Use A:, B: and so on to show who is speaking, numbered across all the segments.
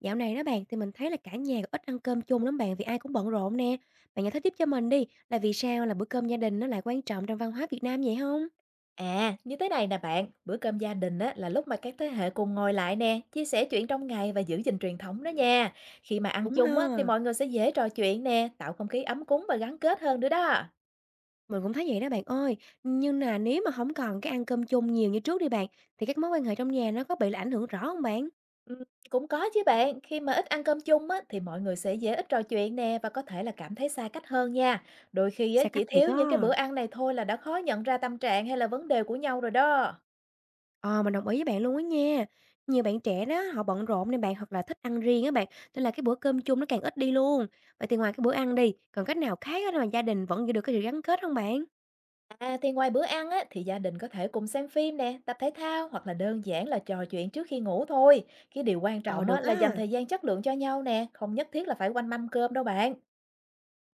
A: Dạo này đó bạn thì mình thấy là cả nhà ít ăn cơm chung lắm bạn vì ai cũng bận rộn nè. Bạn giải thích giúp cho mình đi là vì sao là bữa cơm gia đình nó lại quan trọng trong văn hóa Việt Nam vậy không?
B: À, như thế này nè bạn, bữa cơm gia đình á, là lúc mà các thế hệ cùng ngồi lại nè, chia sẻ chuyện trong ngày và giữ gìn truyền thống đó nha. Khi mà ăn
A: Đúng ha.
B: chung á, thì mọi người sẽ dễ trò chuyện nè, tạo không khí ấm cúng và gắn kết hơn nữa đó.
A: Mình cũng thấy vậy đó bạn ơi. Nhưng là nếu mà không còn cái ăn cơm chung nhiều như trước đi bạn thì các mối quan hệ trong nhà nó có bị là ảnh hưởng rõ không bạn?
B: Ừ, cũng có chứ bạn, khi mà ít ăn cơm chung á, thì mọi người sẽ dễ ít trò chuyện nè và có thể là cảm thấy xa cách hơn nha. Đôi khi á,
A: Xa
B: chỉ
A: cách thiệt
B: thiếu
A: á.
B: những cái bữa ăn này thôi là đã khó nhận ra tâm trạng hay là vấn đề của nhau rồi đó.
A: Ờ mình đồng ý với bạn luôn á nha. Nhiều bạn trẻ đó họ bận rộn nên bạn hoặc là thích ăn riêng á bạn nên là cái bữa cơm chung nó càng ít đi luôn. Vậy thì ngoài cái bữa ăn đi còn cách nào khác á mà gia đình vẫn giữ được cái sự gắn kết không bạn?
B: À, thì ngoài bữa ăn á, thì gia đình có thể cùng xem phim nè, tập thể thao hoặc là đơn giản là trò chuyện trước khi ngủ thôi. Cái điều quan
A: Ờ
B: trọng á,
A: được
B: là dành
A: á.
B: thời gian chất lượng cho nhau nè, không nhất thiết là phải quanh mâm cơm đâu bạn.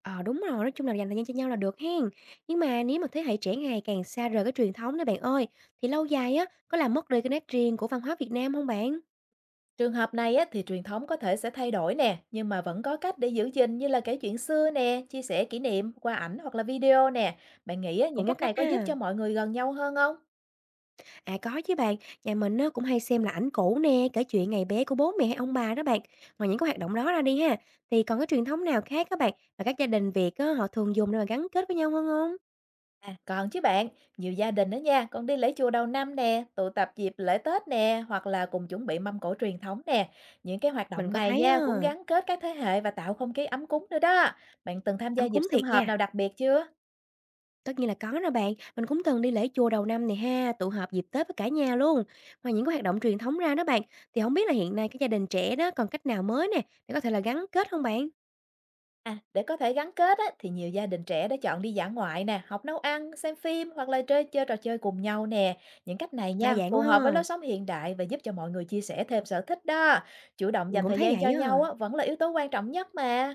A: Ờ, đúng rồi, nói chung là dành thời gian cho nhau là được hen. Nhưng mà nếu mà thế hệ trẻ ngày càng xa rời cái truyền thống đó bạn ơi, thì lâu dài á, có làm mất đi cái nét riêng của văn hóa Việt Nam không bạn?
B: Trường hợp này á, thì truyền thống có thể sẽ thay đổi nè, nhưng mà vẫn có cách để giữ gìn như là kể chuyện xưa nè, chia sẻ kỷ niệm qua ảnh hoặc là video nè. Bạn nghĩ á, những
A: Cũng có
B: cách này
A: cách
B: có giúp
A: ha.
B: cho mọi người gần nhau hơn không?
A: À, có chứ bạn, nhà mình á, cũng hay xem là ảnh cũ nè, kể chuyện ngày bé của bố mẹ hay ông bà đó bạn. Ngoài những cái hoạt động đó ra đi ha, thì còn cái truyền thống nào khác các bạn, và các gia đình Việt á, họ thường dùng để mà gắn kết với nhau hơn không?
B: À, còn chứ bạn, nhiều gia đình đó nha, còn đi lễ chùa đầu năm nè, tụ tập dịp lễ Tết nè, hoặc là cùng chuẩn bị mâm cỗ truyền thống nè. Những cái hoạt
A: Mình
B: động
A: có
B: này
A: thấy á,
B: nha, cũng gắn kết các thế hệ và tạo không khí ấm cúng nữa đó. Bạn từng tham gia
A: ấm
B: dịp
A: cúng
B: sum
A: thiệt
B: họp
A: nha.
B: nào đặc biệt chưa?
A: Tất nhiên là có rồi bạn, mình cũng từng đi lễ chùa đầu năm này ha, tụ họp dịp Tết với cả nhà luôn. Ngoài những cái hoạt động truyền thống ra đó bạn, thì không biết là hiện nay cái gia đình trẻ đó còn cách nào mới nè, để có thể là gắn kết không bạn?
B: À, để có thể gắn kết á, thì nhiều gia đình trẻ đã chọn đi dã ngoại nè, học nấu ăn, xem phim hoặc là chơi chơi trò chơi cùng nhau nè. Những cách này
A: Đa
B: nha,
A: dạng
B: phù
A: quá
B: hợp với lối
A: ha,
B: sống hiện đại và giúp cho mọi người chia sẻ thêm sở thích đó. Chủ động
A: mình
B: dành
A: cũng
B: thời
A: thấy
B: gian cho
A: vậy á.
B: nhau á, vẫn là yếu tố quan trọng nhất mà.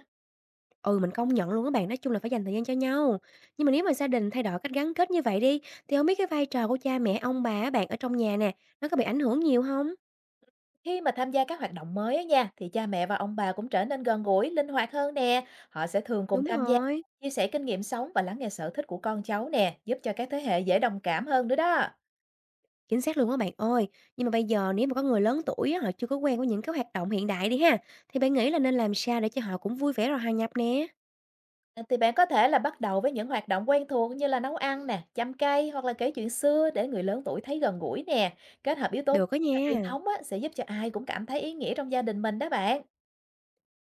A: Ừ, mình công nhận luôn các bạn, nói chung là phải dành thời gian cho nhau. Nhưng mà nếu mà gia đình thay đổi cách gắn kết như vậy đi, thì không biết cái vai trò của cha mẹ, ông bà á bạn ở trong nhà nè, nó có bị ảnh hưởng nhiều không?
B: Khi mà tham gia các hoạt động mới á nha, thì cha mẹ và ông bà cũng trở nên gần gũi, linh hoạt hơn nè. Họ sẽ thường cùng
A: Đúng
B: tham gia,
A: rồi.
B: chia sẻ kinh nghiệm sống và lắng nghe sở thích của con cháu nè, giúp cho các thế hệ dễ đồng cảm hơn nữa đó.
A: Chính xác luôn á bạn ơi. Nhưng mà bây giờ nếu mà có người lớn tuổi á, họ chưa có quen với những cái hoạt động hiện đại đi ha, thì bạn nghĩ là nên làm sao để cho họ cũng vui vẻ rồi hòa nhập nè?
B: À, thì bạn có thể là bắt đầu với những hoạt động quen thuộc như là nấu ăn nè, chăm cây hoặc là kể chuyện xưa để người lớn tuổi thấy gần gũi nè. Kết hợp yếu tố
A: Được á
B: và truyền
A: nha.
B: thống á, sẽ giúp cho ai cũng cảm thấy ý nghĩa trong gia đình mình đó bạn.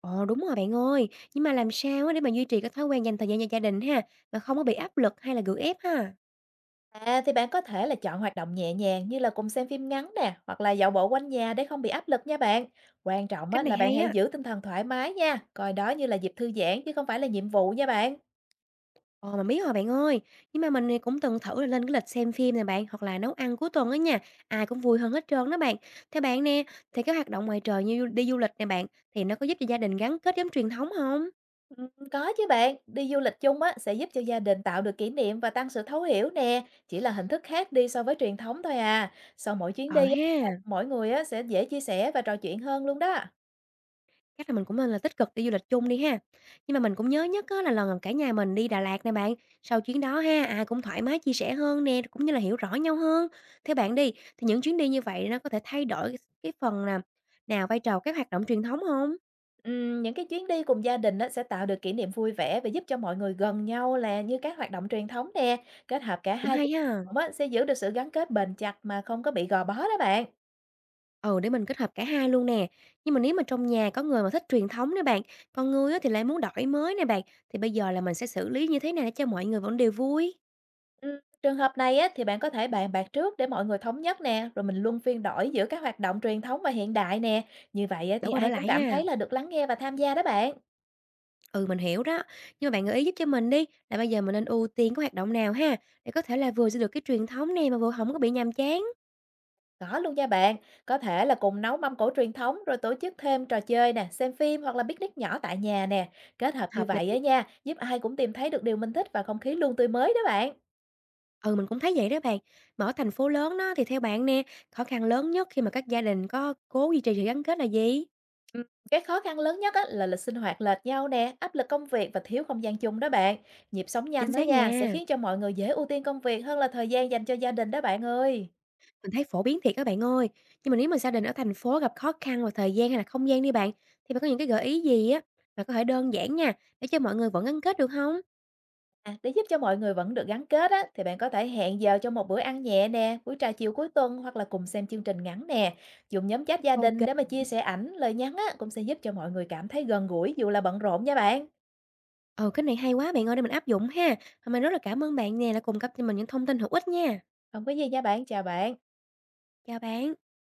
A: Ồ đúng rồi bạn ơi. Nhưng mà làm sao á để mà duy trì cái thói quen dành thời gian cho gia đình ha, mà không có bị áp lực hay là gượng ép ha?
B: À, thì bạn có thể là chọn hoạt động nhẹ nhàng như là cùng xem phim ngắn nè, hoặc là dạo bộ quanh nhà để không bị áp lực nha bạn. Quan trọng á,
A: Cách này
B: là bạn
A: hay
B: hãy
A: á.
B: giữ tinh thần thoải mái nha, coi đó như là dịp thư giãn chứ không phải là nhiệm vụ nha bạn.
A: Ồ mà biết rồi bạn ơi. Nhưng mà mình thì cũng từng thử là lên cái lịch xem phim nè bạn, hoặc là nấu ăn cuối tuần á nha. Ai cũng vui hơn hết trơn đó bạn. Theo bạn nè, thì cái hoạt động ngoài trời như đi du lịch nè bạn, thì nó có giúp cho gia đình gắn kết giống truyền thống không?
B: Ừ, có chứ bạn, đi du lịch chung á, sẽ giúp cho gia đình tạo được kỷ niệm và tăng sự thấu hiểu nè, chỉ là hình thức khác đi so với truyền thống thôi à. Sau mỗi chuyến
A: Ờ
B: đi, á,
A: ha.
B: mỗi người á, sẽ dễ chia sẻ và trò chuyện hơn luôn đó.
A: Chắc là mình cũng nên là tích cực đi du lịch chung đi ha. Nhưng mà mình cũng nhớ nhất á là lần cả nhà mình đi Đà Lạt nè bạn, sau chuyến đó ha, ai cũng thoải mái chia sẻ hơn nè, cũng như là hiểu rõ nhau hơn. Theo bạn đi, thì những chuyến đi như vậy nó có thể thay đổi cái phần nào nào vai trò các hoạt động truyền thống không?
B: Những cái chuyến đi cùng gia đình á, sẽ tạo được kỷ niệm vui vẻ và giúp cho mọi người gần nhau là như các hoạt động truyền thống nè. Kết hợp cả
A: Cũng
B: hai kiểu
A: hay ha.
B: hoạt động á, sẽ giữ được sự gắn kết bền chặt mà không có bị gò bó đó bạn.
A: Ừ, để mình kết hợp cả hai luôn nè. Nhưng mà nếu mà trong nhà có người mà thích truyền thống nè bạn, còn người á thì lại muốn đổi mới nè bạn, thì bây giờ là mình sẽ xử lý như thế nào để cho mọi người vẫn đều vui?
B: Trường hợp này á, thì bạn có thể bàn bạc trước để mọi người thống nhất nè, rồi mình luân phiên đổi giữa các hoạt động truyền thống và hiện đại nè. Như vậy á, thì
A: Đổi qua
B: ai
A: đổi
B: cũng
A: lại
B: cảm
A: ha.
B: thấy là được lắng nghe và tham gia đó bạn.
A: Ừ, mình hiểu đó. Nhưng mà bạn gợi ý giúp cho mình đi, là bây giờ mình nên ưu tiên cái hoạt động nào ha, để có thể là vừa giữ được cái truyền thống này mà vừa không có bị nhàm chán.
B: Có luôn nha bạn, có thể là cùng nấu mâm cỗ truyền thống rồi tổ chức thêm trò chơi nè, xem phim hoặc là picnic nhỏ tại nhà nè. Kết hợp như
A: Hợp lý.
B: vậy á nha, giúp ai cũng tìm thấy được điều mình thích và không khí luôn tươi mới đó bạn.
A: Ừ, mình cũng thấy vậy đó bạn. Mà ở thành phố lớn đó, thì theo bạn nè, khó khăn lớn nhất khi mà các gia đình có cố duy trì sự gắn kết là gì?
B: Ừ, cái khó khăn lớn nhất á, là lịch sinh hoạt lệch nhau nè, áp lực công việc và thiếu không gian chung đó bạn. Nhịp sống nhanh
A: Chính
B: đó
A: xác
B: nha, sẽ
A: nha,
B: khiến cho mọi người dễ ưu tiên công việc hơn là thời gian dành cho gia đình đó bạn ơi.
A: mình thấy phổ biến thiệt các bạn ơi. Nhưng mà nếu mà gia đình ở thành phố gặp khó khăn về thời gian hay là không gian đi bạn, thì bạn có những cái gợi ý gì á, mà có thể đơn giản nha, để cho mọi người vẫn gắn kết được không?
B: À, để giúp cho mọi người vẫn được gắn kết á, thì bạn có thể hẹn giờ cho một bữa ăn nhẹ nè, buổi trà chiều cuối tuần hoặc là cùng xem chương trình ngắn nè. Dùng nhóm chat gia đình
A: OK.
B: để mà chia sẻ ảnh, lời nhắn á, cũng sẽ giúp cho mọi người cảm thấy gần gũi dù là bận rộn nha bạn.
A: Ừ, cái này hay quá bạn ơi, để mình áp dụng ha. Và mình rất là cảm ơn bạn nè đã cung cấp cho mình những thông tin hữu ích nha.
B: Không có gì nha bạn, chào bạn.
A: Chào bạn.